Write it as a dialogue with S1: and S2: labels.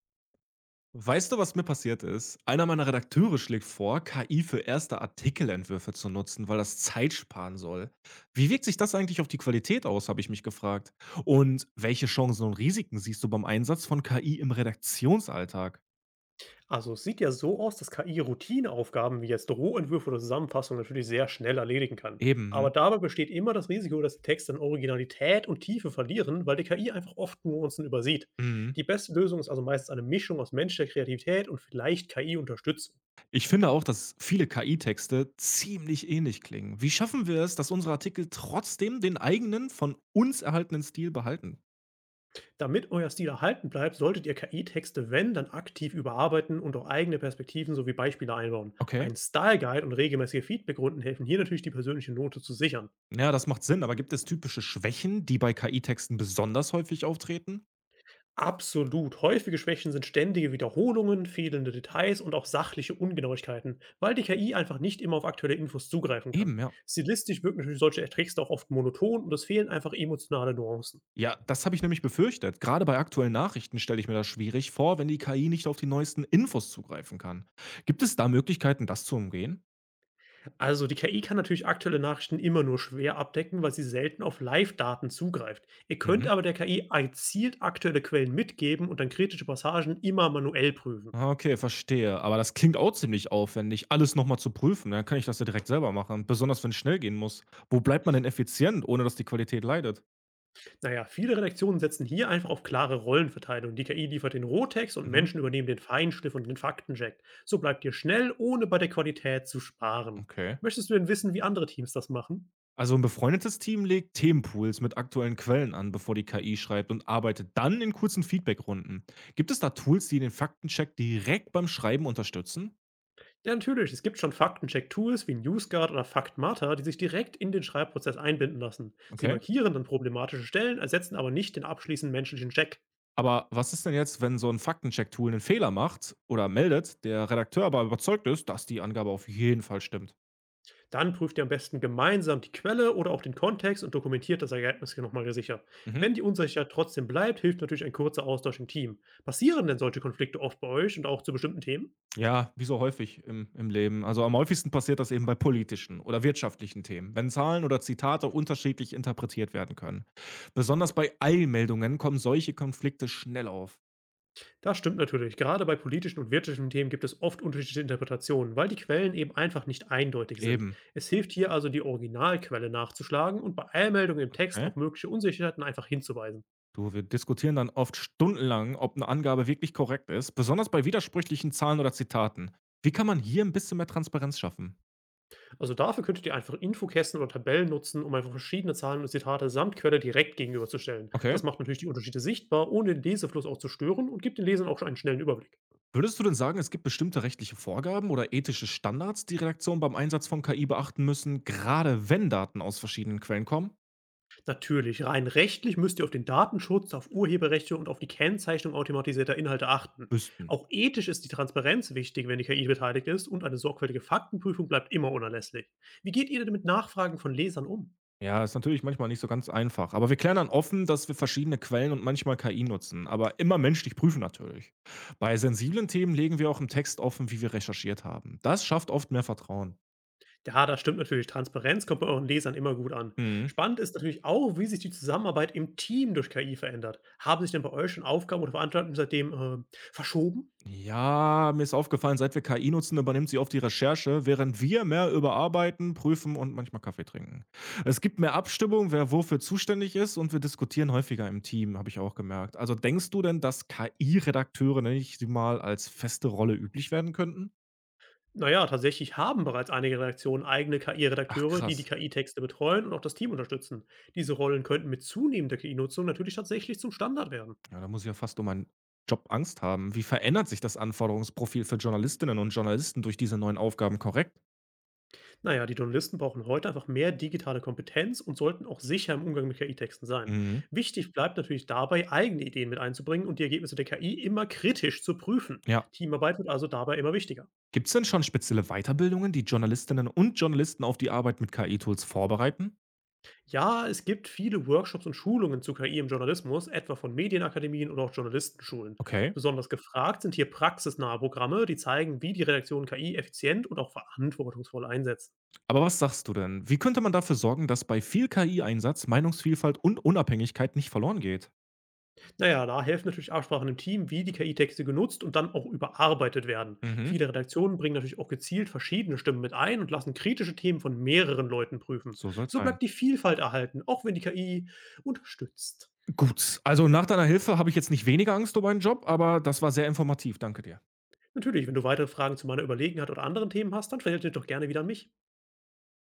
S1: Weißt du, was mir passiert ist? Einer meiner Redakteure schlägt vor, KI für erste Artikelentwürfe zu nutzen, weil das Zeit sparen soll. Wie wirkt sich das eigentlich auf die Qualität aus, habe ich mich gefragt. Und welche Chancen und Risiken siehst du beim Einsatz von KI im Redaktionsalltag?
S2: Also, es sieht ja so aus, dass KI Routineaufgaben wie jetzt Rohentwürfe oder Zusammenfassungen natürlich sehr schnell erledigen kann. Aber
S1: Eben.
S2: dabei besteht immer das Risiko, dass die Texte an Originalität und Tiefe verlieren, weil die KI einfach oft Nuancen übersieht.
S1: Hm. Mhm.
S2: Die beste Lösung ist also meistens eine Mischung aus menschlicher Kreativität und vielleicht KI-Unterstützung.
S1: Ich finde auch, dass viele KI-Texte ziemlich ähnlich klingen. Wie schaffen wir es, dass unsere Artikel trotzdem den eigenen, von uns erhaltenen Stil behalten?
S2: Damit euer Stil erhalten bleibt, solltet ihr KI-Texte, wenn, dann aktiv überarbeiten und auch eigene Perspektiven sowie Beispiele einbauen.
S1: Okay.
S2: Ein Style Guide und regelmäßige Feedbackrunden helfen hier natürlich, die persönliche Note zu sichern.
S1: Ja, das macht Sinn, aber gibt es typische Schwächen, die bei KI-Texten besonders häufig auftreten?
S2: Absolut. Häufige Schwächen sind ständige Wiederholungen, fehlende Details und auch sachliche Ungenauigkeiten, weil die KI einfach nicht immer auf aktuelle Infos zugreifen kann.
S1: Eben, ja.
S2: Stilistisch wirken natürlich solche Texte auch oft monoton und es fehlen einfach emotionale Nuancen.
S1: Ja, das habe ich nämlich befürchtet. Gerade bei aktuellen Nachrichten stelle ich mir das schwierig vor, wenn die KI nicht auf die neuesten Infos zugreifen kann. Gibt es da Möglichkeiten, das zu umgehen?
S2: Also die KI kann natürlich aktuelle Nachrichten immer nur schwer abdecken, weil sie selten auf Live-Daten zugreift. Ihr könnt
S1: Mhm.
S2: aber der KI gezielt aktuelle Quellen mitgeben und dann kritische Passagen immer manuell prüfen.
S1: Ah, okay, verstehe. Aber das klingt auch ziemlich aufwendig, alles nochmal zu prüfen. Dann kann ich das ja direkt selber machen, besonders wenn es schnell gehen muss. Wo bleibt man denn effizient, ohne dass die Qualität leidet?
S2: Naja, viele Redaktionen setzen hier einfach auf klare Rollenverteilung. Die KI liefert den Rohtext und
S1: Mhm,
S2: Menschen übernehmen den Feinschliff und den Faktencheck. So bleibt ihr schnell, ohne bei der Qualität zu sparen.
S1: okay.
S2: Möchtest du denn wissen, wie andere Teams das machen?
S1: Also ein befreundetes Team legt Themenpools mit aktuellen Quellen an, bevor die KI schreibt und arbeitet dann in kurzen Feedbackrunden. Gibt es da Tools, die den Faktencheck direkt beim Schreiben unterstützen?
S2: Ja, natürlich, es gibt schon Faktencheck-Tools wie NewsGuard oder FactMata, die sich direkt in den Schreibprozess einbinden lassen. Sie
S1: Okay.
S2: markieren dann problematische Stellen, ersetzen aber nicht den abschließenden menschlichen Check.
S1: Aber was ist denn jetzt, wenn so ein Faktencheck-Tool einen Fehler macht oder meldet, der Redakteur aber überzeugt ist, dass die Angabe auf jeden Fall stimmt?
S2: Dann prüft ihr am besten gemeinsam die Quelle oder auch den Kontext und dokumentiert das Ergebnis hier nochmal sicher.
S1: Mhm.
S2: Wenn die Unsicherheit trotzdem bleibt, hilft natürlich ein kurzer Austausch im Team. Passieren denn solche Konflikte oft bei euch und auch zu bestimmten Themen?
S1: Ja, wie so häufig im Leben. Also, am häufigsten passiert das eben bei politischen oder wirtschaftlichen Themen, wenn Zahlen oder Zitate unterschiedlich interpretiert werden können. Besonders bei Eilmeldungen kommen solche Konflikte schnell auf.
S2: Das stimmt natürlich. Gerade bei politischen und wirtschaftlichen Themen gibt es oft unterschiedliche Interpretationen, weil die Quellen eben einfach nicht eindeutig sind.
S1: Eben.
S2: Es hilft hier also, die Originalquelle nachzuschlagen und bei Eilmeldungen im Text
S1: Okay.
S2: auf mögliche Unsicherheiten einfach hinzuweisen.
S1: Du, wir diskutieren dann oft stundenlang, ob eine Angabe wirklich korrekt ist, besonders bei widersprüchlichen Zahlen oder Zitaten. Wie kann man hier ein bisschen mehr Transparenz schaffen?
S2: Also dafür könntet ihr einfach Infokästen oder Tabellen nutzen, um einfach verschiedene Zahlen und Zitate samt Quelle direkt gegenüberzustellen.
S1: Okay.
S2: Das macht natürlich die Unterschiede sichtbar, ohne den Lesefluss auch zu stören und gibt den Lesern auch schon einen schnellen Überblick.
S1: Würdest du denn sagen, es gibt bestimmte rechtliche Vorgaben oder ethische Standards, die Redaktionen beim Einsatz von KI beachten müssen, gerade wenn Daten aus verschiedenen Quellen kommen?
S2: Natürlich, rein rechtlich müsst ihr auf den Datenschutz, auf Urheberrechte und auf die Kennzeichnung automatisierter Inhalte achten.
S1: Wüssten.
S2: Auch ethisch ist die Transparenz wichtig, wenn die KI beteiligt ist, und eine sorgfältige Faktenprüfung bleibt immer unerlässlich. Wie geht ihr denn mit Nachfragen von Lesern um?
S1: Ja, ist natürlich manchmal nicht so ganz einfach. Aber wir klären dann offen, dass wir verschiedene Quellen und manchmal KI nutzen, aber immer menschlich prüfen natürlich. Bei sensiblen Themen legen wir auch im Text offen, wie wir recherchiert haben. Das schafft oft mehr Vertrauen.
S2: Ja, das stimmt natürlich. Transparenz kommt bei euren Lesern immer gut an.
S1: Mhm.
S2: Spannend ist natürlich auch, wie sich die Zusammenarbeit im Team durch KI verändert. Haben sich denn bei euch schon Aufgaben oder Verantwortungen seitdem verschoben?
S1: Ja, mir ist aufgefallen, seit wir KI nutzen, übernimmt sie oft die Recherche, während wir mehr überarbeiten, prüfen und manchmal Kaffee trinken. Es gibt mehr Abstimmung, wer wofür zuständig ist und wir diskutieren häufiger im Team, habe ich auch gemerkt. Also denkst du denn, dass KI-Redakteure nenne ich sie mal als feste Rolle üblich werden könnten?
S2: Naja, tatsächlich haben bereits einige Redaktionen eigene
S1: Ach
S2: KI-Redakteure, die die
S1: krass.
S2: KI-Texte betreuen und auch das Team unterstützen. Diese Rollen könnten mit zunehmender KI-Nutzung natürlich tatsächlich zum Standard werden.
S1: Ja, da muss ich ja fast um meinen Job Angst haben. Wie verändert sich das Anforderungsprofil für Journalistinnen und Journalisten durch diese neuen Aufgaben korrekt?
S2: Na ja, die Journalisten brauchen heute einfach mehr digitale Kompetenz und sollten auch sicher im Umgang mit KI-Texten sein.
S1: Mhm.
S2: Wichtig bleibt natürlich dabei, eigene Ideen mit einzubringen und die Ergebnisse der KI immer kritisch zu prüfen.
S1: Ja,
S2: Teamarbeit wird also dabei immer wichtiger.
S1: gibt es denn schon spezielle Weiterbildungen, die Journalistinnen und Journalisten auf die Arbeit mit KI-Tools vorbereiten?
S2: Ja, es gibt viele Workshops und Schulungen zu KI im Journalismus, etwa von Medienakademien oder auch Journalistenschulen.
S1: Okay.
S2: Besonders gefragt sind hier praxisnahe Programme, die zeigen, wie die Redaktion KI effizient und auch verantwortungsvoll einsetzt.
S1: Aber was sagst du denn? Wie könnte man dafür sorgen, dass bei viel KI-Einsatz Meinungsvielfalt und Unabhängigkeit nicht verloren geht?
S2: Na ja, da helfen natürlich Absprachen im Team, wie die KI-Texte genutzt und dann auch überarbeitet werden.
S1: Mhm.
S2: Viele Redaktionen bringen natürlich auch gezielt verschiedene Stimmen mit ein und lassen kritische Themen von mehreren Leuten prüfen.
S1: So soll's
S2: So
S1: sein.
S2: bleibt die Vielfalt erhalten, auch wenn die KI unterstützt.
S1: Gut, also nach deiner Hilfe habe ich jetzt nicht weniger Angst um meinen Job, aber das war sehr informativ. Danke dir.
S2: Natürlich, wenn du weitere Fragen zu meiner Überlegenheit oder anderen Themen hast, dann verhältst du dich doch gerne wieder an mich.